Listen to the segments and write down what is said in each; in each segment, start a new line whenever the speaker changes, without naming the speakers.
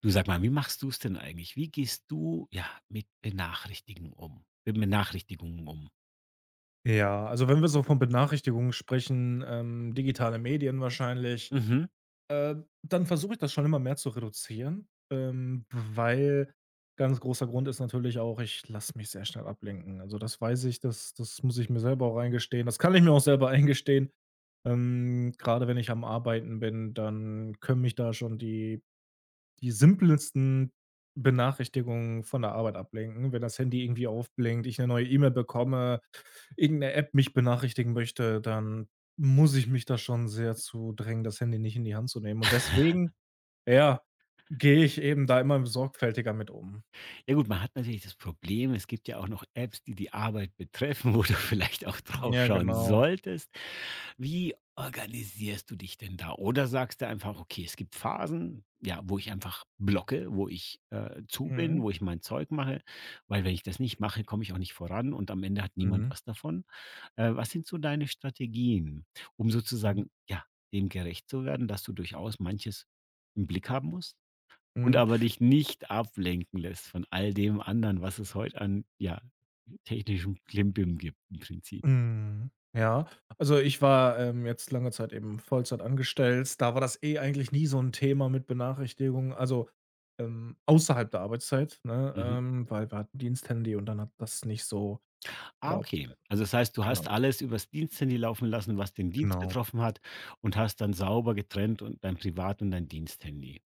Du sag mal, wie machst du es denn eigentlich? Wie gehst du, ja, mit Benachrichtigungen um mit Benachrichtigungen um?
Ja, also wenn wir so von Benachrichtigungen sprechen, digitale Medien wahrscheinlich,
Mhm.
äh, dann versuche ich das schon immer mehr zu reduzieren, weil ganz großer Grund ist natürlich auch, ich lasse mich sehr schnell ablenken. Also das weiß ich, das muss ich mir selber auch eingestehen. Das kann ich mir auch selber eingestehen. Gerade wenn ich am Arbeiten bin, dann können mich da schon die simpelsten Benachrichtigungen von der Arbeit ablenken, wenn das Handy irgendwie aufblinkt, ich eine neue E-Mail bekomme, irgendeine App mich benachrichtigen möchte, dann muss ich mich da schon sehr zu drängen, das Handy nicht in die Hand zu nehmen. Und deswegen, ja, gehe ich eben da immer sorgfältiger mit um.
Ja gut, man hat natürlich das Problem, es gibt ja auch noch Apps, die die Arbeit betreffen, wo du vielleicht auch drauf
Ja,
schauen
genau.
solltest. Wie organisierst du dich denn da? Oder sagst du einfach: „Okay, es gibt Phasen, ja, wo ich einfach blocke, wo ich, zu bin,
Mhm.
wo ich mein Zeug mache, weil wenn ich das nicht mache, komme ich auch nicht voran und am Ende hat niemand
Mhm.
was davon?“ Was sind so deine Strategien, um
Mhm.
sozusagen, ja, dem gerecht zu werden, dass du durchaus manches im Blick haben musst und
Mhm.
aber dich nicht ablenken lässt von all dem anderen, was es heute an, ja, technischem Klimbim gibt im Prinzip?
Mhm. Ja, also ich war, jetzt lange Zeit eben Vollzeit angestellt. Da war das eh eigentlich nie so ein Thema mit Benachrichtigungen, also, außerhalb der Arbeitszeit, ne,
Mhm.
weil wir hatten Diensthandy und dann hat das nicht so.
Ah,
Ja,
okay. Also das heißt, du
genau,
hast alles übers Diensthandy laufen lassen, was den Dienst
genau.
betroffen hat, und hast dann sauber getrennt und dein Privat und dein Diensthandy.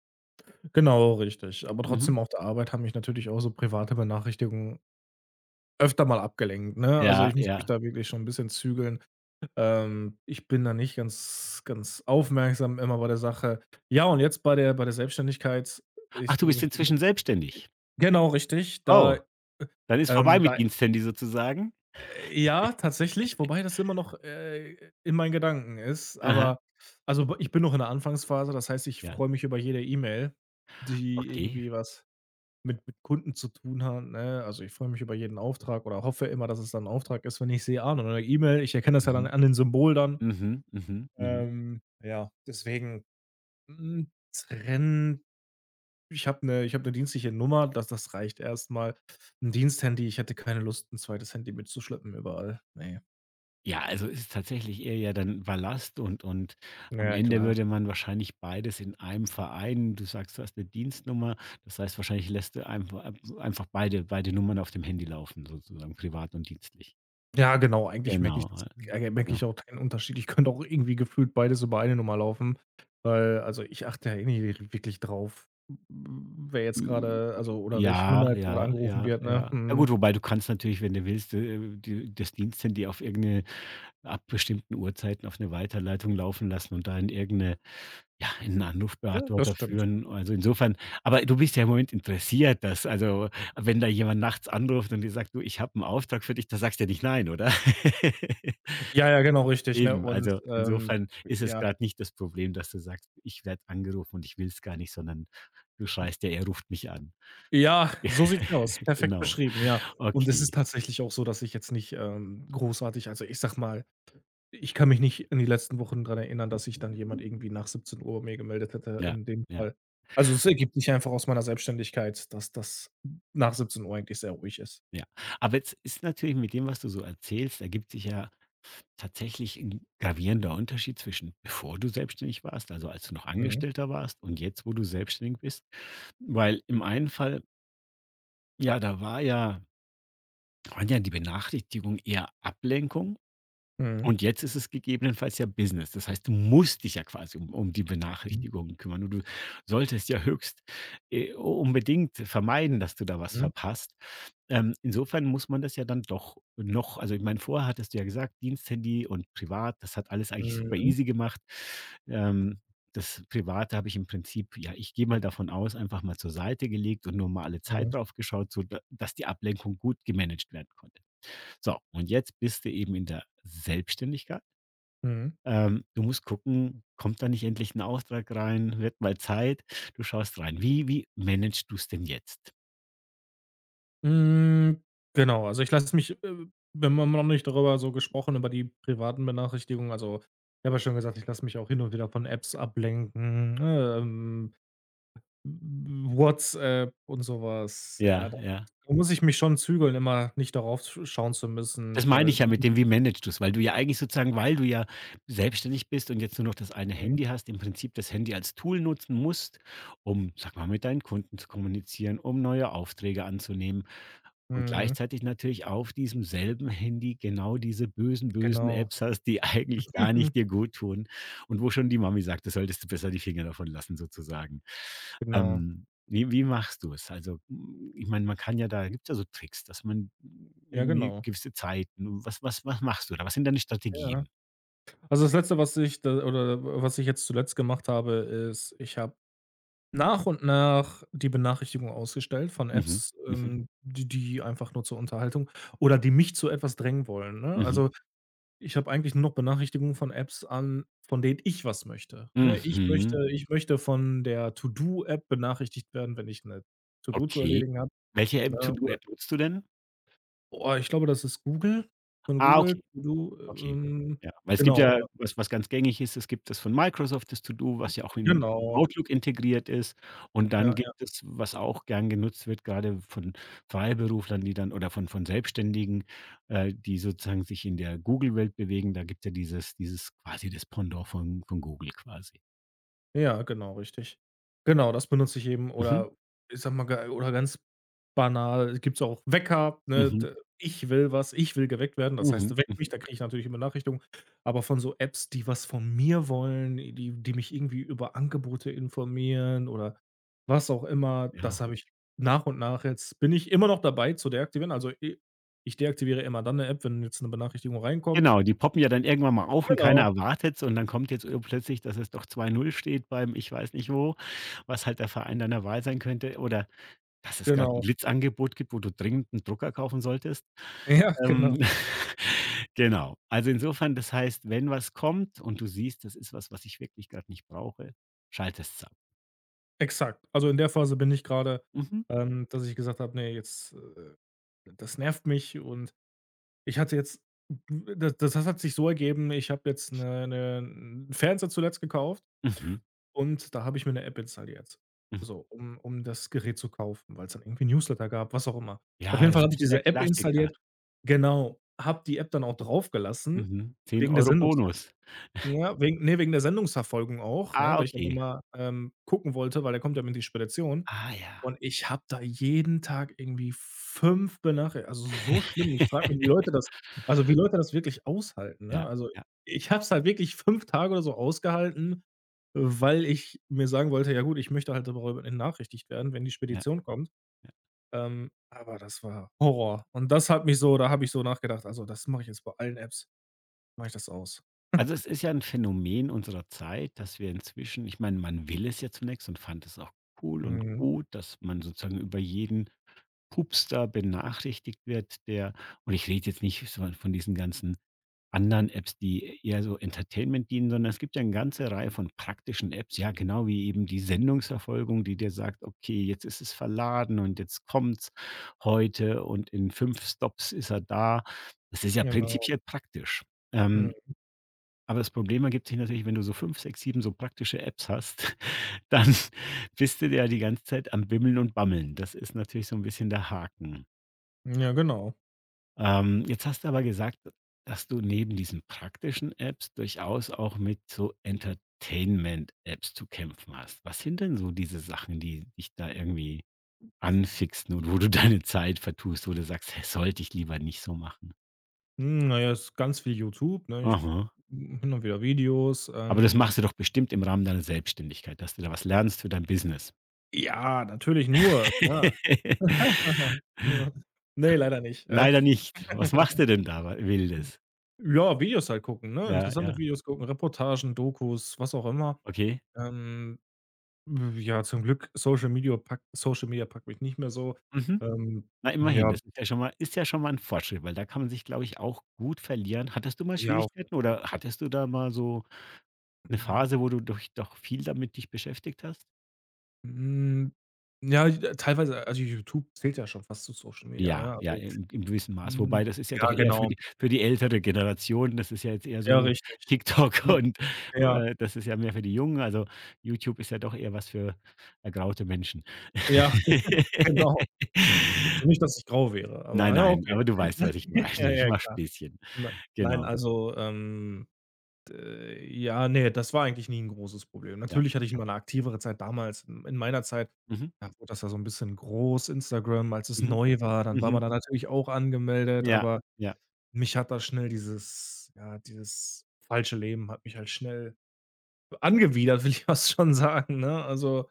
Genau, richtig. Aber
Mhm.
trotzdem auf der Arbeit haben mich natürlich auch so private Benachrichtigungen öfter mal abgelenkt, ne? Also,
Ja,
ich muss mich
ja.
da wirklich schon ein bisschen zügeln. Ich bin da nicht ganz ganz aufmerksam immer bei der Sache. Ja, und jetzt bei der Selbstständigkeit,
Ach,
ich
du
also,
bist
ich bin
inzwischen selbstständig?
genau, richtig.
Oh,
Da,
dann ist vorbei mit
da
Diensthandy sozusagen?
ja, tatsächlich, wobei das immer noch, in meinen Gedanken ist,
Aha.
aber also, ich bin noch in der Anfangsphase, das heißt, ich
Ja,
freue mich über jede E-Mail, die
okay.
irgendwie was mit Kunden zu tun hat, ne? Also, ich freue mich über jeden Auftrag oder hoffe immer, dass es dann 'n Auftrag ist, wenn ich sehe: „Ah, 'ne neue E-Mail.“ Ich erkenne das ja dann
Mhm.
an den Symbol dann.
Mhm, mhm, mhm.
Ja, deswegen. Hm, trennen, ich habe eine, ich habe 'ne dienstliche Nummer, das reicht erstmal. Mal. 'N Diensthandy, ich hätte keine Lust, 'n zweites Handy mitzuschleppen überall. Ne.
Ja, also ist tatsächlich eher ja dann Ballast und am
Ja,
Ende
klar.
würde man wahrscheinlich beides in einem Verein. Du sagst, du hast 'ne Dienstnummer, das heißt, wahrscheinlich lässt du einfach einfach beide Nummern auf dem Handy laufen sozusagen, privat und dienstlich.
Ja, genau, eigentlich merke ich das,
Genau,
merke
ja.
ich auch keinen Unterschied. Ich könnte auch irgendwie gefühlt beides über eine Nummer laufen, weil also, ich achte ja eh nicht wirklich drauf, wer jetzt
J
grade also, oder welche Nummer
ja,
jetzt grade
ja,
angerufen
ja,
wird, ne?
ja. Ja
Mhm.
gut, wobei du kannst natürlich, wenn du willst, die das Diensthandy auf irgend 'ne ab bestimmten Uhrzeiten auf eine Weiterleitung laufen lassen und da in irgend 'ne ja, in 'n
Hm, das
Anrufbeantworter
stimmt.
führen. Also, insofern aber du bist ja im Moment interessiert, dass also, wenn da jemand nachts anruft und dir sagt: „Du, ich habe einen Auftrag für dich“, da sagst du ja nicht nein, oder?
Ja, ja, genau, richtig, ne?
Eben,
Und,
also, insofern ist es
ja.
gerade nicht das Problem, dass du sagst: „Ich werde angerufen und ich will es gar nicht“, sondern du schreist ja: „Er ruft mich an.“
Ja, so sieht's aus. Perfekt
Genau.
beschrieben, ja. Und es
Okay.
ist tatsächlich auch so, dass ich jetzt nicht, großartig, also, ich sage mal, ich kann mich nicht in die letzten Wochen dran erinnern, dass sich dann jemand irgendwie nach 17:00 mir gemeldet hätte
Ja,
in dem
ja,
Fall. Also, es ergibt sich einfach aus meiner Selbstständigkeit, dass das nach 17:00 eigentlich sehr ruhig ist.
ja. Aber jetzt ist natürlich mit dem, was du so erzählst, ergibt sich ja tatsächlich ein gravierender Unterschied zwischen bevor du selbstständig warst, also als du noch
Mhm.
Angestellter warst, und jetzt, wo du selbstständig bist. Weil im einen Fall, ja, da war ja waren ja die Benachrichtigungen eher Ablenkung.
Mhm.
Und jetzt ist es gegebenenfalls ja Business. Das heißt, du musst dich ja quasi um die Benachrichtigungen kümmern und du solltest ja höchst, äh, unbedingt vermeiden, dass du da was
Mhm.
verpasst. Insofern muss man das ja dann doch noch also, ich meine, vorher hattest du ja gesagt, Diensthandy und privat, das hat alles eigentlich super
Mhm.
easy gemacht. Ähm, das Private habe ich im Prinzip ja, ich gehe mal davon aus, einfach mal zur Seite gelegt und nur mal alle
Mhm.
Zeit drauf geschaut, so da dass die Ablenkung gut gemanagt werden konnte. So, und jetzt bist du eben in der Selbstständigkeit.
Mhm.
Du musst gucken, kommt da nicht endlich ein Auftrag rein? Wird mal Zeit. Du schaust rein. Wie managst du es denn jetzt?
Hm, genau, also ich lasse mich, wir haben noch nicht darüber so gesprochen, über die privaten Benachrichtigungen. Also, ich habe ja schon gesagt, ich lasse mich auch hin und wieder von Apps ablenken, ne, WhatsApp und sowas. Ja,
Ja,
da
ja.
muss ich mich schon zügeln, immer nicht darauf schauen zu müssen,
Das meine
weil
ich ja mit dem, wie managst du's? Weil du ja eigentlich sozusagen weil du ja selbstständig bist und jetzt nur noch das eine
mhm,
Handy hast, im Prinzip das Handy als Tool nutzen musst, um, sag mal, mit deinen Kunden zu kommunizieren, um neue Aufträge anzunehmen und
mhm,
gleichzeitig natürlich auf diesem selben Handy genau diese bösen, bösen
genau.
Apps hast, die eigentlich gar
Mhm,
nicht dir gut tun und wo schon die Mami sagt: „Da solltest du besser die Finger davon lassen“, sozusagen.
genau.
Ähm wie machst du es? Also, hm, ich meine, man kann ja da gibt's ja so Tricks, dass man
Ja,
irgendwie
genau.
gewisse Zeiten was machst du da? Was sind deine
Ja.
Strategien?
Also, das Letzte, was ich da oder was ich jetzt zuletzt gemacht habe, ist, ich habe nach und nach die Benachrichtigung ausgestellt von
Mhm,
Apps,
mhm,
die einfach nur zur Unterhaltung oder die mich zu etwas drängen wollen, ne?
mhm,
Also, ich habe eigentlich nur noch Benachrichtigungen von Apps an, von denen ich was möchte, ne? Ich
mhm.
möchte ich möchte von der To-do-App benachrichtigt werden, wenn ich eine To-do zu
Okay.
erledigen habe,
Welche App
ne? Oder
To-do-App nutzt du denn?
boah, ich glaube, das ist Google, von
Ah,
Google,
okay.
To-do,
Okay. Ja, weil es gibt
genau,
ja was was ganz gängig ist, es gibt das von Microsoft, das To Do, was ja auch in
genau.
Outlook integriert ist. Und dann
Ja, ja.
gibt es, was auch gern genutzt wird, gerade von Freiberuflern, die dann oder von Selbstständigen, die sozusagen sich in der Google-Welt bewegen. Da gibt es ja dieses quasi das Pendant von Google quasi.
Ja, genau, richtig. Genau, das benutze ich eben,
Mhm.
oder ich sag mal ga oder ganz banal gibt's auch Wecker, ne?
Mhm.
D Ich will was, ich will geweckt werden. Das heißt,
Mhm.
weck mich,
Mhm.
da kriege ich natürlich immer Benachrichtigung. Aber von so Apps, die was von mir wollen, die mich irgendwie über Angebote informieren oder was auch immer, das
Ja.
habe ich nach und nach, jetzt bin ich immer noch dabei zu deaktivieren. Also, i ich deaktiviere immer dann eine App, wenn jetzt eine Benachrichtigung reinkommt.
Genau, die poppen ja dann irgendwann mal auf und keiner
Genau,
erwartet's und dann kommt jetzt, plötzlich, dass es doch zwei null steht beim ich weiß nicht wo, was halt der Verein deiner Wahl sein könnte oder dass es grad 'n
genau.
Blitzangebot gibt, wo du dringend 'n Drucker kaufen solltest.
Ja,
Ähm,
genau.
genau. Also, insofern, das heißt, wenn was kommt und du siehst, das ist was, was ich wirklich grad nicht brauche, schaltest's ab.
Exakt. Also, in der Phase bin ich gerade,
Mhm,
dass ich gesagt habe: „Nee, jetzt, das nervt mich.“ Und ich hatte jetzt, da das hat sich so ergeben, ich habe jetzt eine 'ne 'n Fernseher zuletzt gekauft
mhm,
und da habe ich mir eine App installiert,
mhm.
so, um das Gerät zu kaufen, weil es dann irgendwie Newsletter gab, was auch immer. Auf
Ja,
jeden
das
Fall habe ich
ist ja der
diese App
Klassiker.
installiert, genau, habe die App dann auch draufgelassen
Mhm.
wegen der
10 €
Sendungsver
Bonus.
ja, wegen, ne, wegen der Sendungsverfolgung auch, ne,
Ah,
weil ich dann
okay.
immer, gucken wollte, weil der kommt ja mit die Spedition.
Ah
Und
ja.
ich habe da jeden Tag irgendwie 5 Benachri also, so schlimm. Ich frage mich, wie Leute das, wirklich aushalten,
Ja,
ne? Also,
ja,
ich habe es halt wirklich 5 Tage oder so ausgehalten, weil ich mir sagen wollte: „Ja gut, ich möchte halt darüber benachrichtigt werden, wenn die
ja.
Spedition kommt.“ aber das war Horror. Und das hat mich so, da habe ich so nachgedacht: „Also, das mache ich jetzt bei allen Apps, mache ich das aus.“
Also, es ist ja ein Phänomen unserer Zeit, dass wir inzwischen ich meine, man will es ja zunächst und fand es auch cool und
Mhm,
gut, dass man sozusagen über jeden Pupster benachrichtigt wird, der und ich rede jetzt nicht so von diesen ganzen anderen Apps, die eher so Entertainment dienen, sondern es gibt ja eine ganze Reihe von praktischen Apps, ja, genau wie eben die Sendungsverfolgung, die dir sagt: „Okay, jetzt ist es verladen und jetzt kommt's heute und in 5 Stops ist er da.“ Das ist ja
genau.
prinzipiell praktisch.
Mhm.
Ähm aber das Problem ergibt sich natürlich, wenn du so 5, 6, 7 so praktische Apps hast, dann bist du ja die ganze Zeit am Bimmeln und Bammeln. Das ist natürlich so ein bisschen der Haken.
Ja, genau.
Jetzt hast du aber gesagt, dass du neben diesen praktischen Apps durchaus auch mit so Entertainment-Apps zu kämpfen hast. Was sind denn so diese Sachen, die dich da irgendwie anfixen und wo du deine Zeit vertust, wo du sagst: „Hey, sollte ich lieber nicht so machen?“
Na ja, ist ganz viel YouTube, ne? Ich
Aha.
hin und wieder Videos,
Aber das machst du doch bestimmt im Rahmen deiner Selbstständigkeit, dass du da was lernst für dein Business.
ja, natürlich nur, klar. Ne, leider nicht.
Leider nicht. Was machst du denn da wa Wildes?
Ja, Videos halt gucken, ne?
Ja,
Interessante
ja,
Videos gucken, Reportagen, Dokus, was auch immer.
okay.
Ähm, ja, zum Glück Social Media packt mich nicht mehr so.
Mhm.
Ähm,
Na, immerhin,
ja,
das ist ja schon mal ist ja schon mal ein Fortschritt, weil da kann man sich, glaube ich, auch gut verlieren. Hattest du mal
ja, auf
Schwierigkeiten oder hattest du da mal so eine
hm,
Phase, wo du durch doch viel damit dich beschäftigt hast?
hm, ja, teilweise, also YouTube zählt ja schon fast zu Social Media, ne?
Ja, ja,
Also,
im im gewissen Maß.
hm,
Wobei, das ist ja
ja,
doch eher
genau.
für die ältere Generation. Das ist ja jetzt eher
Ja,
so
richtig.
TikTok
Hm,
und,
ja,
das ist ja mehr für die Jungen. Also, YouTube ist ja doch eher was für ergraute Menschen.
ja, genau. Also, nicht, dass ich grau wäre,
Nein,
aber ja,
nein,
okay.
aber du weißt, was ich
Ja,
meine. Ich
ja,
mache
klar.
Späßchen.
Ne nein,
Genau.
also, d ja, nee, das war eigentlich nie ein großes Problem.
Ja,
Natürlich hatte ich
ja.
mal eine aktivere Zeit damals. In meiner Zeit,
Mhm,
da wurde das ja so ein bisschen groß, Instagram, als es
mhm,
neu war, dann war man
mhm.
da natürlich auch angemeldet,
Ja,
aber
ja.
mich hat da schnell dieses, ja, dieses falsche Leben hat mich halt schnell angewidert, will ich fast schon sagen, ne? Also,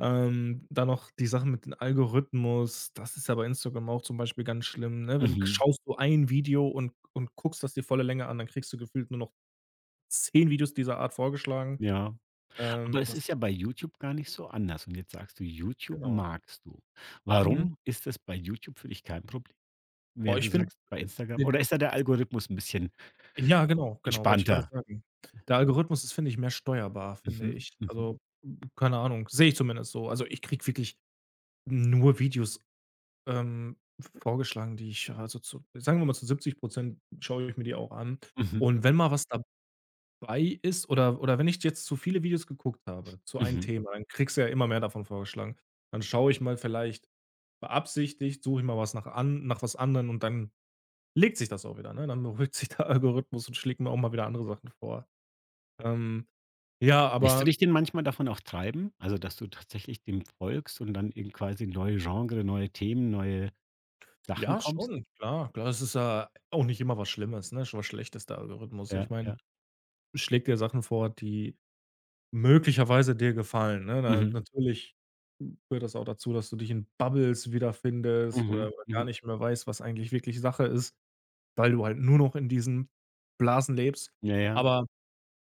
Dann noch die Sachen mit den Algorithmus, das ist ja bei Instagram auch zum Beispiel ganz schlimm, ne? Wenn,
Mhm,
schaust du ein Video und guckst das dir volle Länge an, dann kriegst du gefühlt nur noch 10 Videos dieser Art vorgeschlagen.
ja. Aber es
Das,
ist ja bei YouTube gar nicht so anders. Und jetzt sagst du, YouTube
genau.
magst du.
Mhm.
Warum ist das bei YouTube für dich kein Problem?
Boah,
Während
ich
du
finde
sagst, bei Instagram
den,
oder ist da der Algorithmus 'n bisschen
ja, genau, genau, wollte ich gerade
entspannter?
sagen. Der Algorithmus ist, finde ich, mehr steuerbar, finde
Mhm,
ich.
mhm,
Also, keine Ahnung, sehe ich zumindest so. Also, ich kriege wirklich nur Videos. Ähm, vorgeschlagen, die ich, also, zu sagen wir mal, zu 70 schaue ich mir die auch an.
mhm,
Und wenn mal was dabei ist, oder wenn ich jetzt zu viele Videos geguckt habe zu einem
mhm.
Thema, dann kriegst du ja immer mehr davon vorgeschlagen. Dann schaue ich mal vielleicht beabsichtigt, suche ich mal was nach, an nach was anderem, und dann legt sich das auch wieder, ne? Dann beruhigt sich der Algorithmus und schlägt mir auch mal wieder andere Sachen vor. Ähm, ja,
Lässt du
aber
dich denn manchmal davon auch treiben? Also, dass du tatsächlich dem folgst und dann eben quasi neue Genre, neue Themen, neue Sachen
ja,
kommst?
schon, klar, klar, es ist ja auch nicht immer was Schlimmes, ne? Schon was Schlechtes, der Algorithmus.
Ja,
Ich meine,
ja.
schlägt dir Sachen vor, die möglicherweise dir gefallen, ne? Na,
Mhm,
natürlich gehört das auch dazu, dass du dich in Bubbles wiederfindest, oder
mhm,
gar
mhm.
nicht mehr weißt, was eigentlich wirklich Sache ist, weil du halt nur noch in diesen Blasen lebst.
Ja, ja.
Aber,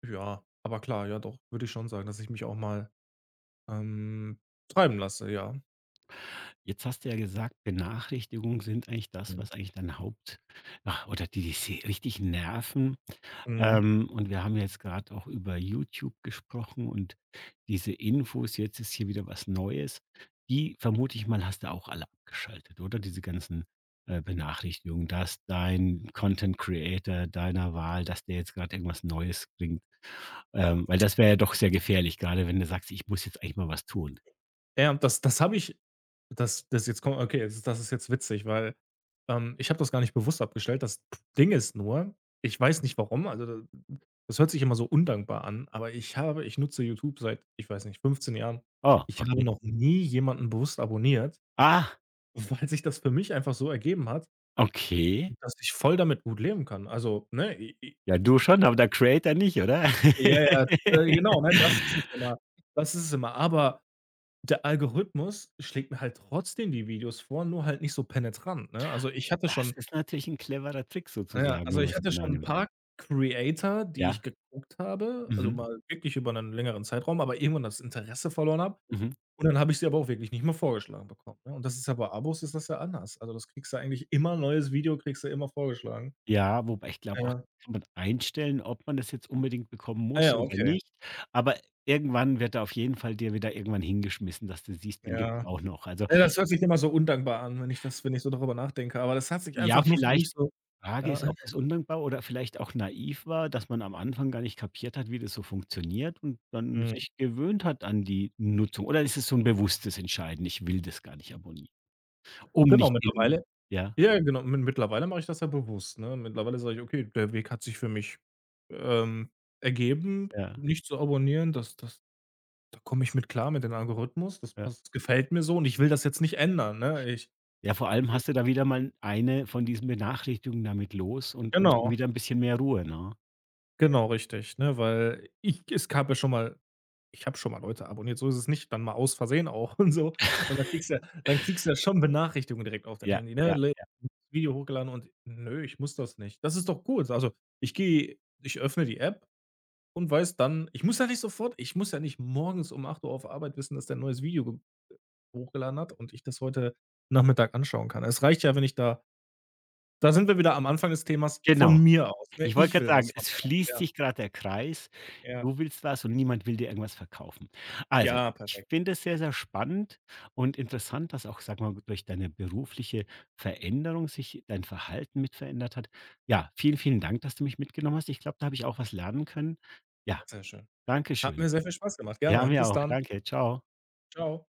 ja, aber klar, ja doch, würde ich schon sagen, dass ich mich auch mal, ähm, treiben lasse, ja.
Jetzt hast du ja gesagt, Benachrichtigungen sind eigentlich das,
Mhm.
was eigentlich dein Haupt ach, oder die dich se richtig nerven.
Mhm.
Und wir haben jetzt gerade auch über YouTube gesprochen und diese Infos, jetzt ist hier wieder was Neues. Die vermute ich mal, hast du auch alle abgeschaltet, oder? Diese ganzen, Benachrichtigungen, dass dein Content Creator deiner Wahl dass der jetzt gerade irgendwas Neues bringt. Weil das wäre ja doch sehr gefährlich, gerade wenn du sagst: „Ich muss jetzt eigentlich mal was tun.“
Ja, und das habe ich, das jetzt kommt, okay, das ist jetzt witzig, weil, ich habe das gar nicht bewusst abgestellt. Das Ding ist nur, ich weiß nicht warum, also, da, das hört sich immer so undankbar an, aber ich nutze YouTube seit, ich weiß nicht, 15 Jahren.
Oh,
Ich habe
okay.
noch nie jemanden bewusst abonniert,
Ah,
weil sich das für mich einfach so ergeben hat,
okay.
dass ich voll damit gut leben kann. Also, ne, i
Ja,
ich
du
kriege
schon, aber
auch,
der Creator nicht, oder?
ja, ja, genau, ne, das ist es immer. Aber der Algorithmus schlägt mir halt trotzdem die Videos vor, nur halt nicht so penetrant, ne? Also, ich hatte
Das
schon,
ist natürlich 'n cleverer Trick
na ja,
sozusagen,
also,
wenn
ich
man's
hatte
genau
schon 'n
nimmt.
paar Creator, die ich
Ja.
geguckt habe, also,
Mhm.
mal wirklich über 'nen längeren Zeitraum, aber irgendwann das Interesse verloren habe,
Mhm.
und dann habe ich sie aber auch wirklich nicht mehr vorgeschlagen bekommen, ne? Und das ist ja bei Abos ist das ja anders. Also, das kriegst du eigentlich immer, neues Video kriegst du immer vorgeschlagen.
Ja, wobei ich glaube auch,
Ja.
kann man einstellen, ob man das jetzt unbedingt bekommen
Ah
muss
ja,
oder
okay.
nicht. Aber irgendwann wird er auf jeden Fall dir wieder irgendwann hingeschmissen, dass du siehst, den gibt's
Ja.
auch noch. Also,
Ja, das hört sich immer so undankbar an, wenn ich das, wenn ich so darüber nachdenke, aber das hat sich
ja,
einfach nur für mich
vielleicht
so,
Frage
ja,
ist, ob das undankbar oder vielleicht auch naiv war, dass man am Anfang gar nicht kapiert hat, wie das so funktioniert und dann
mhm.
sich gewöhnt hat an die Nutzung. Oder ist es so 'n bewusstes Entscheiden: „Ich will das gar nicht abonnieren“, um
Genau,
nicht in
mittlerweile,
ja,
ja, genau. Mittlerweile mache ich das ja bewusst, ne? Mittlerweile sage ich: „Okay, der Weg hat sich für mich, ähm, ergeben,
ja,
nicht zu abonnieren, das das da komme ich mit klar mit dem Algorithmus. Das
ja.
passt, gefällt mir so, und ich will das jetzt nicht ändern“, ne? Ich
Ja, vor allem hast
jetzt,
du da wieder mal eine von diesen Benachrichtigungen damit los und schon
genau,
wieder ein bisschen mehr Ruhe, ne?
genau, richtig, ne? Weil ich, es gab ja schon mal, ich habe schon mal Leute abonniert, so ist es nicht, dann mal aus Versehen auch und so. Und dann kriegst du ja, schon Benachrichtigungen direkt auf dein
Ja,
Handy, ne?
ja,
Le Video hochgeladen und nö, ich muss das nicht. Das ist doch gut. Also, ich öffne die App. Und weiß dann, ich muss ja nicht sofort, ich muss ja nicht morgens um 8 Uhr auf Arbeit wissen, dass der 'n neues Video ge hochgeladen hat und ich das heute Nachmittag anschauen kann. Es reicht ja, wenn ich da sind wir wieder am Anfang des Themas,
genau.
von mir aus, ne?
Ich wollte
Ich
gerade
will
sagen,
was von
es
der App.
schließt
Ja,
sich gerade der Kreis.
ja,
Du willst was und niemand will dir irgendwas verkaufen. Also,
ja,
ich
perfekt.
finde es sehr, sehr spannend und interessant, dass auch, sag mal, durch deine berufliche Veränderung sich dein Verhalten mit verändert hat. Ja, vielen, vielen Dank, dass du mich mitgenommen hast. Ich glaube, da habe ich auch was lernen können. Ja,
Sehr schön.
danke
Hat
schön.
mir sehr viel Spaß gemacht.
Ja,
Gerne.
mir
Bis
auch.
dann.
Danke. Ciao.
Ciao.